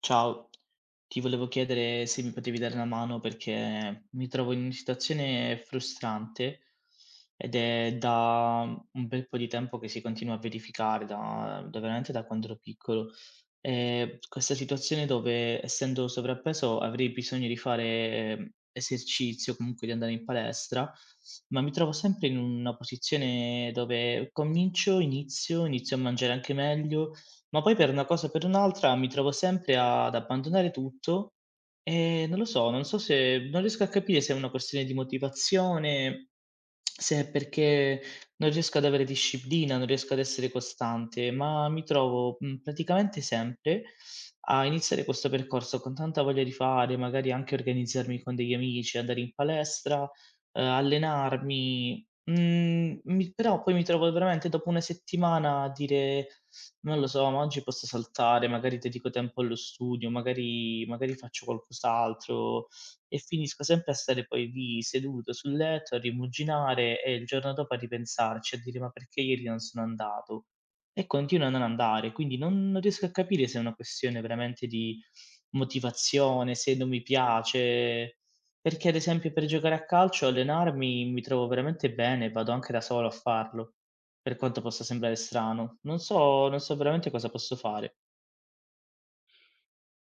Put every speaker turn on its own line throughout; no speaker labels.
Ciao, ti volevo chiedere se mi potevi dare una mano perché mi trovo in una situazione frustrante ed è da un bel po' di tempo che si continua a verificare, da veramente da quando ero piccolo. Questa situazione dove, essendo sovrappeso, avrei bisogno di fare esercizio, comunque di andare in palestra, ma mi trovo sempre in una posizione dove inizio a mangiare anche meglio, ma poi per una cosa o per un'altra mi trovo sempre ad abbandonare tutto e non lo so, non so, se non riesco a capire se è una questione di motivazione, se è perché non riesco ad avere disciplina, non riesco ad essere costante, ma mi trovo, praticamente sempre a iniziare questo percorso con tanta voglia di fare, magari anche organizzarmi con degli amici, andare in palestra, allenarmi. Mhmm, mi Però poi mi trovo veramente dopo una settimana a dire: "Non lo so, ma oggi posso saltare, magari dedico tempo allo studio, magari faccio qualcos'altro" e finisco sempre a stare poi lì seduto sul letto, a rimuginare e il giorno dopo a ripensarci, a dire: "Ma perché ieri non sono andato?" E continuo a non andare, quindi non riesco a capire se è una questione veramente di motivazione, se non mi piace. Perché ad esempio per giocare a calcio, allenarmi mi trovo veramente bene, vado anche da solo a farlo, per quanto possa sembrare strano. Non so veramente cosa posso fare.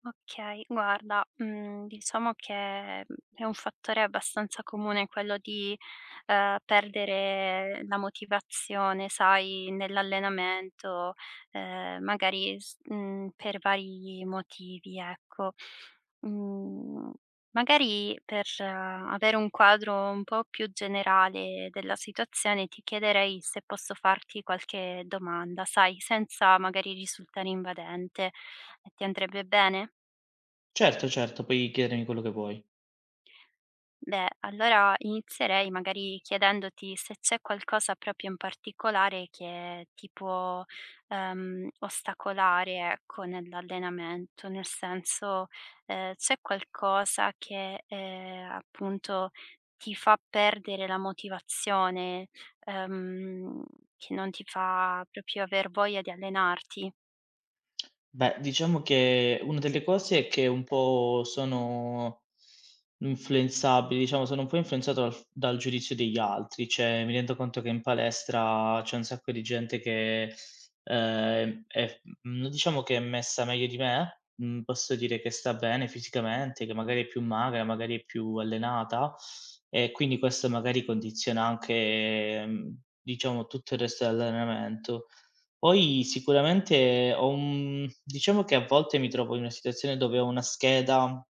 Okay, guarda, mhmm, diciamo che è un fattore abbastanza comune quello di, perdere la motivazione, sai, nell'allenamento, magari per vari motivi, ecco. Mhmm, magari per avere un quadro un po' più generale della situazione, ti chiederei se posso farti qualche domanda, sai, senza magari risultare invadente. Ti andrebbe bene?
Certo, certo, puoi chiedermi quello che vuoi.
Beh, allora inizierei magari chiedendoti se c'è qualcosa proprio in particolare che ti può, ostacolare, ecco, nell'allenamento, nel senso, c'è qualcosa che, appunto ti fa perdere la motivazione, ehm, che non ti fa proprio aver voglia di allenarti?
Beh, diciamo che una delle cose è che un po' sono influenzabile, diciamo sono un po' influenzato dal giudizio degli altri, cioè mi rendo conto che in palestra c'è un sacco di gente che, è non diciamo che è messa meglio di me, mhmm, posso dire che sta bene fisicamente, che magari è più magra, magari è più allenata e quindi questo magari condiziona anche, diciamo tutto il resto dell'allenamento. Poi sicuramente ho un diciamo che a volte mi trovo in una situazione dove ho una scheda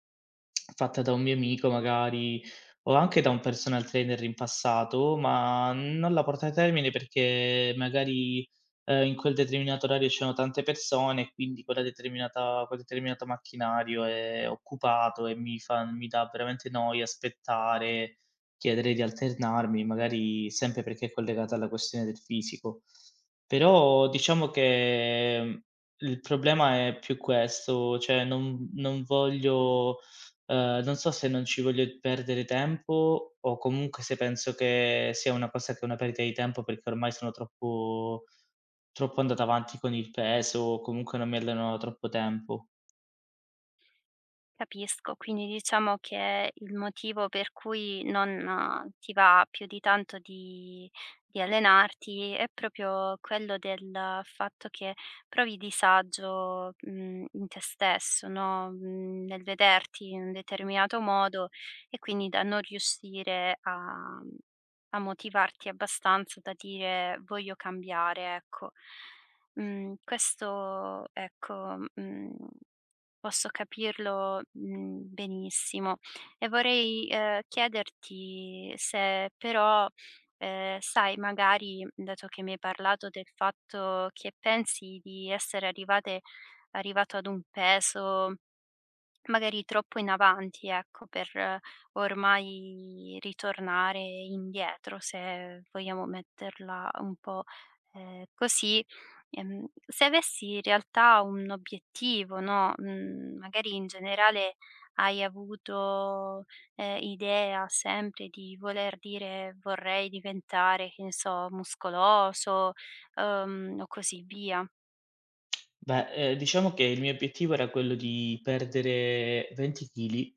fatta da un mio amico magari, o anche da un personal trainer in passato, ma non la porto a termine perché magari, in quel determinato orario c'erano tante persone e quindi quel determinato macchinario è occupato e mi dà veramente noia aspettare, chiedere di alternarmi, magari sempre perché è collegata alla questione del fisico. Però diciamo che, il problema è più questo, cioè non voglio non so se non ci voglio perdere tempo o comunque se penso che sia una cosa che è una perdita di tempo perché ormai sono troppo andato avanti con il peso o comunque non mi alleno da troppo tempo.
Capisco, quindi diciamo che il motivo per cui non ti va più di tanto di allenarti è proprio quello del fatto che provi disagio, mhmm, in te stesso, no, mhmm, nel vederti in un determinato modo e quindi da non riuscire a mhmm, a motivarti abbastanza da dire: "Voglio cambiare", ecco. Mhmm, questo ecco, mhmm. Posso capirlo, mhmm, benissimo e vorrei, chiederti se però, sai magari, mhmm, dato che mi hai parlato del fatto che pensi di essere arrivate arrivato ad un peso magari troppo in avanti, ecco, per ormai ritornare indietro, se vogliamo metterla un po', così. Se avessi in realtà un obiettivo, no, mhmm, magari in generale hai avuto, idea sempre di voler dire: "Vorrei diventare", che ne so, muscoloso, o così via?
Beh, diciamo che il mio obiettivo era quello di perdere 20 chili,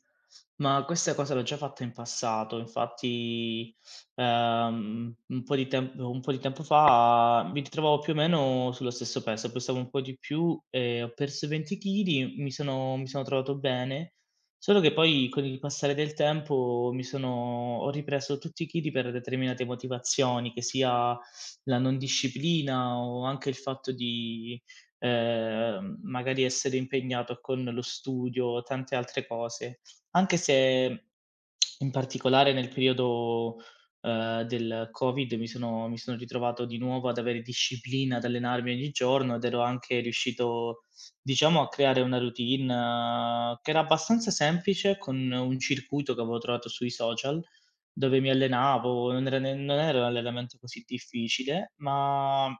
ma questa cosa l'ho già fatta in passato. Infatti, un po' di tempo fa mi ritrovavo più o meno sullo stesso peso, pesavo un po' di più e ho perso 20 chili, mi sono trovato bene, solo che poi con il passare del tempo mi sono ho ripreso tutti i chili per determinate motivazioni, che sia la non disciplina o anche il fatto di magari essere impegnato con lo studio, tante altre cose. Anche se in particolare nel periodo, del Covid mi sono ritrovato di nuovo ad avere disciplina, ad allenarmi ogni giorno ed ero anche riuscito, diciamo, a creare una routine che era abbastanza semplice con un circuito che avevo trovato sui social, dove mi allenavo, non era un allenamento così difficile, ma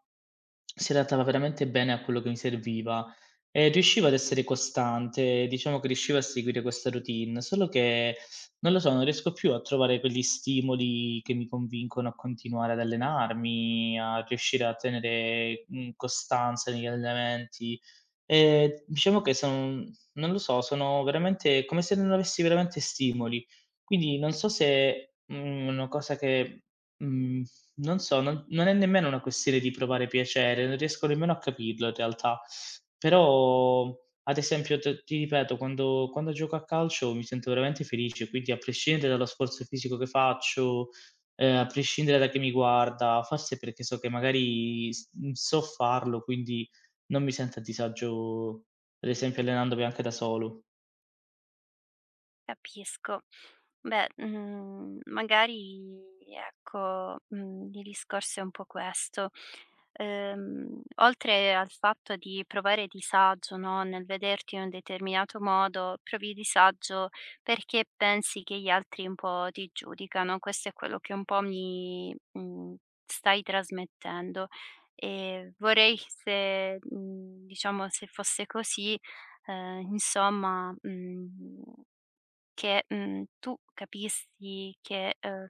si adattava veramente bene a quello che mi serviva e riuscivo ad essere costante, diciamo che riuscivo a seguire questa routine, solo che, non lo so, non riesco più a trovare quegli stimoli che mi convincono a continuare ad allenarmi, a riuscire a tenere, costanza negli allenamenti. Diciamo che son non lo so, sono veramente come se non avessi veramente stimoli. Quindi non so se, è una cosa che, mhmm non so, non è nemmeno una questione di provare piacere, non riesco nemmeno a capirlo in realtà. Però, ad esempio, t ti ripeto, quando gioco a calcio mi sento veramente felice, quindi a prescindere dallo sforzo fisico che faccio, a prescindere da chi mi guarda, forse perché so che magari so farlo, quindi non mi sento a disagio, ad esempio allenandomi anche da solo.
Capisco. Beh, mhmm, magari ecco, mhmm, il discorso è un po' questo. Oltre al fatto di provare disagio, no, nel vederti in un determinato modo, provi disagio perché pensi che gli altri un po' ti giudicano. Questo è quello che un po' mi, mhmm, stai trasmettendo e vorrei se, mhmm, diciamo se fosse così, insomma, mhmm, che, mhmm, tu capissi che,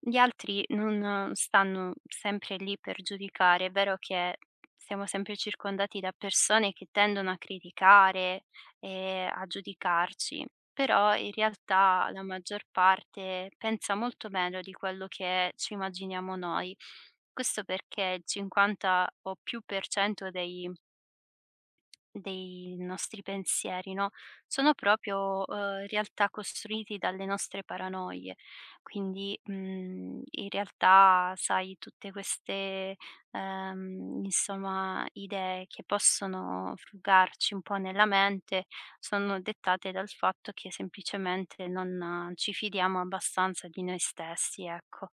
gli altri non stanno sempre lì per giudicare. È vero che siamo sempre circondati da persone che tendono a criticare e a giudicarci, però in realtà la maggior parte pensa molto meglio di quello che ci immaginiamo noi. Questo perché il 50 o più per cento dei nostri pensieri, no, sono proprio, realtà costruiti dalle nostre paranoie. Quindi, mhmm, in realtà sai tutte queste, insomma idee che possono frugarci un po' nella mente, sono dettate dal fatto che semplicemente non ci fidiamo abbastanza di noi stessi, ecco.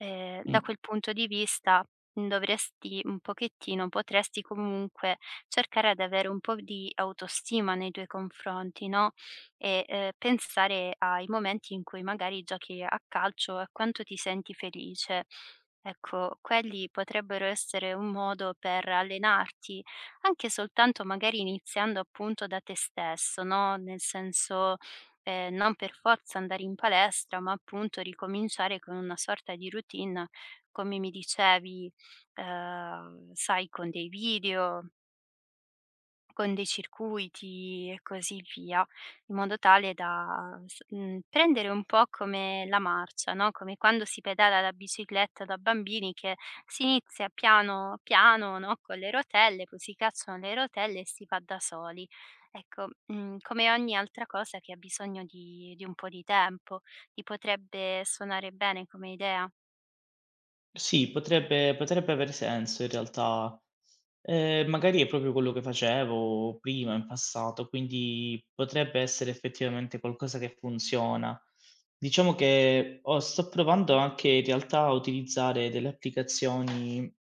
Da
Mh.
quel punto di vista, mhmm, dovresti un pochettino potresti comunque cercare di avere un po' di autostima nei tuoi confronti, no, e, pensare ai momenti in cui magari giochi a calcio e quanto ti senti felice. Ecco, quelli potrebbero essere un modo per allenarti, anche soltanto magari iniziando appunto da te stesso, no, nel senso non per forza andare in palestra, ma appunto ricominciare con una sorta di routine, come mi dicevi, sai, con dei video con dei circuiti e così via, in modo tale da prendere un po' come la marcia, no, come quando si pedala la bicicletta da bambini che si inizia piano piano, no, con le rotelle, poi si cacciano le rotelle e si va da soli. Ecco, mhmm, come ogni altra cosa che ha bisogno di un po' di tempo. Ti potrebbe suonare bene come idea?
Sì, potrebbe aver senso in realtà. Magari è proprio quello che facevo prima in passato, quindi potrebbe essere effettivamente qualcosa che funziona. Diciamo che ho sto provando anche in realtà a utilizzare delle applicazioni,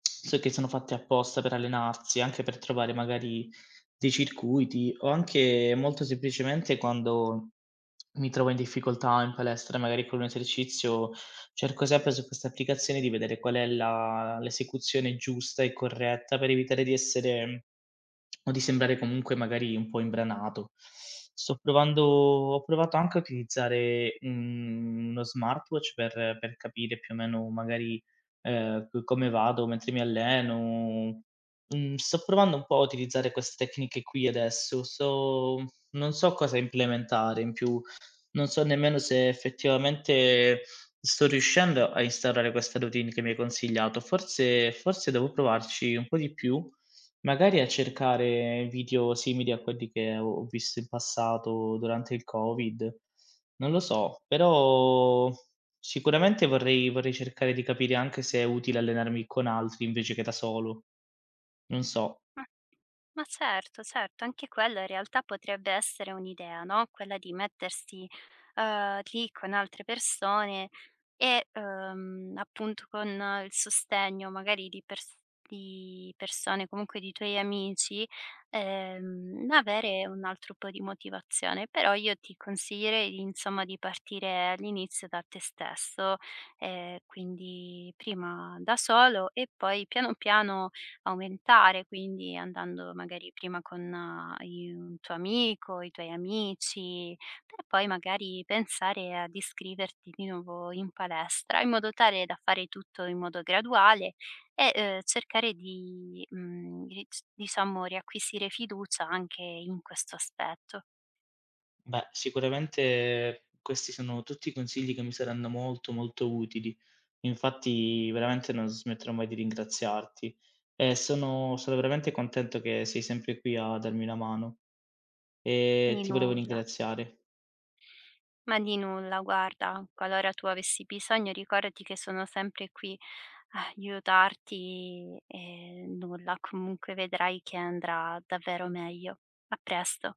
so che sono fatte apposta per allenarsi, anche per trovare magari dei circuiti o anche molto semplicemente quando mi trovo in difficoltà in palestra, magari con un esercizio, cerco sempre su queste applicazioni di vedere qual è la l'esecuzione giusta e corretta per evitare di essere o di sembrare comunque magari un po' imbranato. Sto provando ho provato anche a utilizzare, uno smartwatch per capire più o meno magari, c come vado mentre mi alleno. Sto provando un po' a utilizzare queste tecniche qui adesso. Sto Non so cosa implementare in più, non so nemmeno se effettivamente sto riuscendo a instaurare questa routine che mi hai consigliato. Forse devo provarci un po' di più, magari a cercare video simili a quelli che ho visto in passato durante il Covid. Non lo so, però sicuramente vorrei cercare di capire anche se è utile allenarmi con altri invece che da solo. Non so.
Ma ma certo, certo, anche quella in realtà potrebbe essere un'idea, no, quella di mettersi, lì con altre persone e, appunto con il sostegno magari di persone, comunque di tuoi amici, avere un altro po' di motivazione. Però io ti consiglierei di insomma di partire all'inizio da te stesso, quindi prima da solo e poi piano piano aumentare, quindi andando magari prima con i un tuo amico, i tuoi amici, per poi magari pensare ad iscriverti di nuovo in palestra, in modo tale da fare tutto in modo graduale e, cercare di, mhmm, ric diciamo riacquisire fiducia anche in questo aspetto.
Beh, sicuramente questi sono tutti consigli che mi saranno molto, molto utili. Infatti, veramente non smetterò mai di ringraziarti. E sono veramente contento che sei sempre qui a darmi una mano e
Di
ti volevo
nulla.
ringraziare.
Ma di nulla, guarda, qualora tu avessi bisogno ricordati che sono sempre qui a aiutarti e nulla, comunque vedrai che andrà davvero meglio. A presto.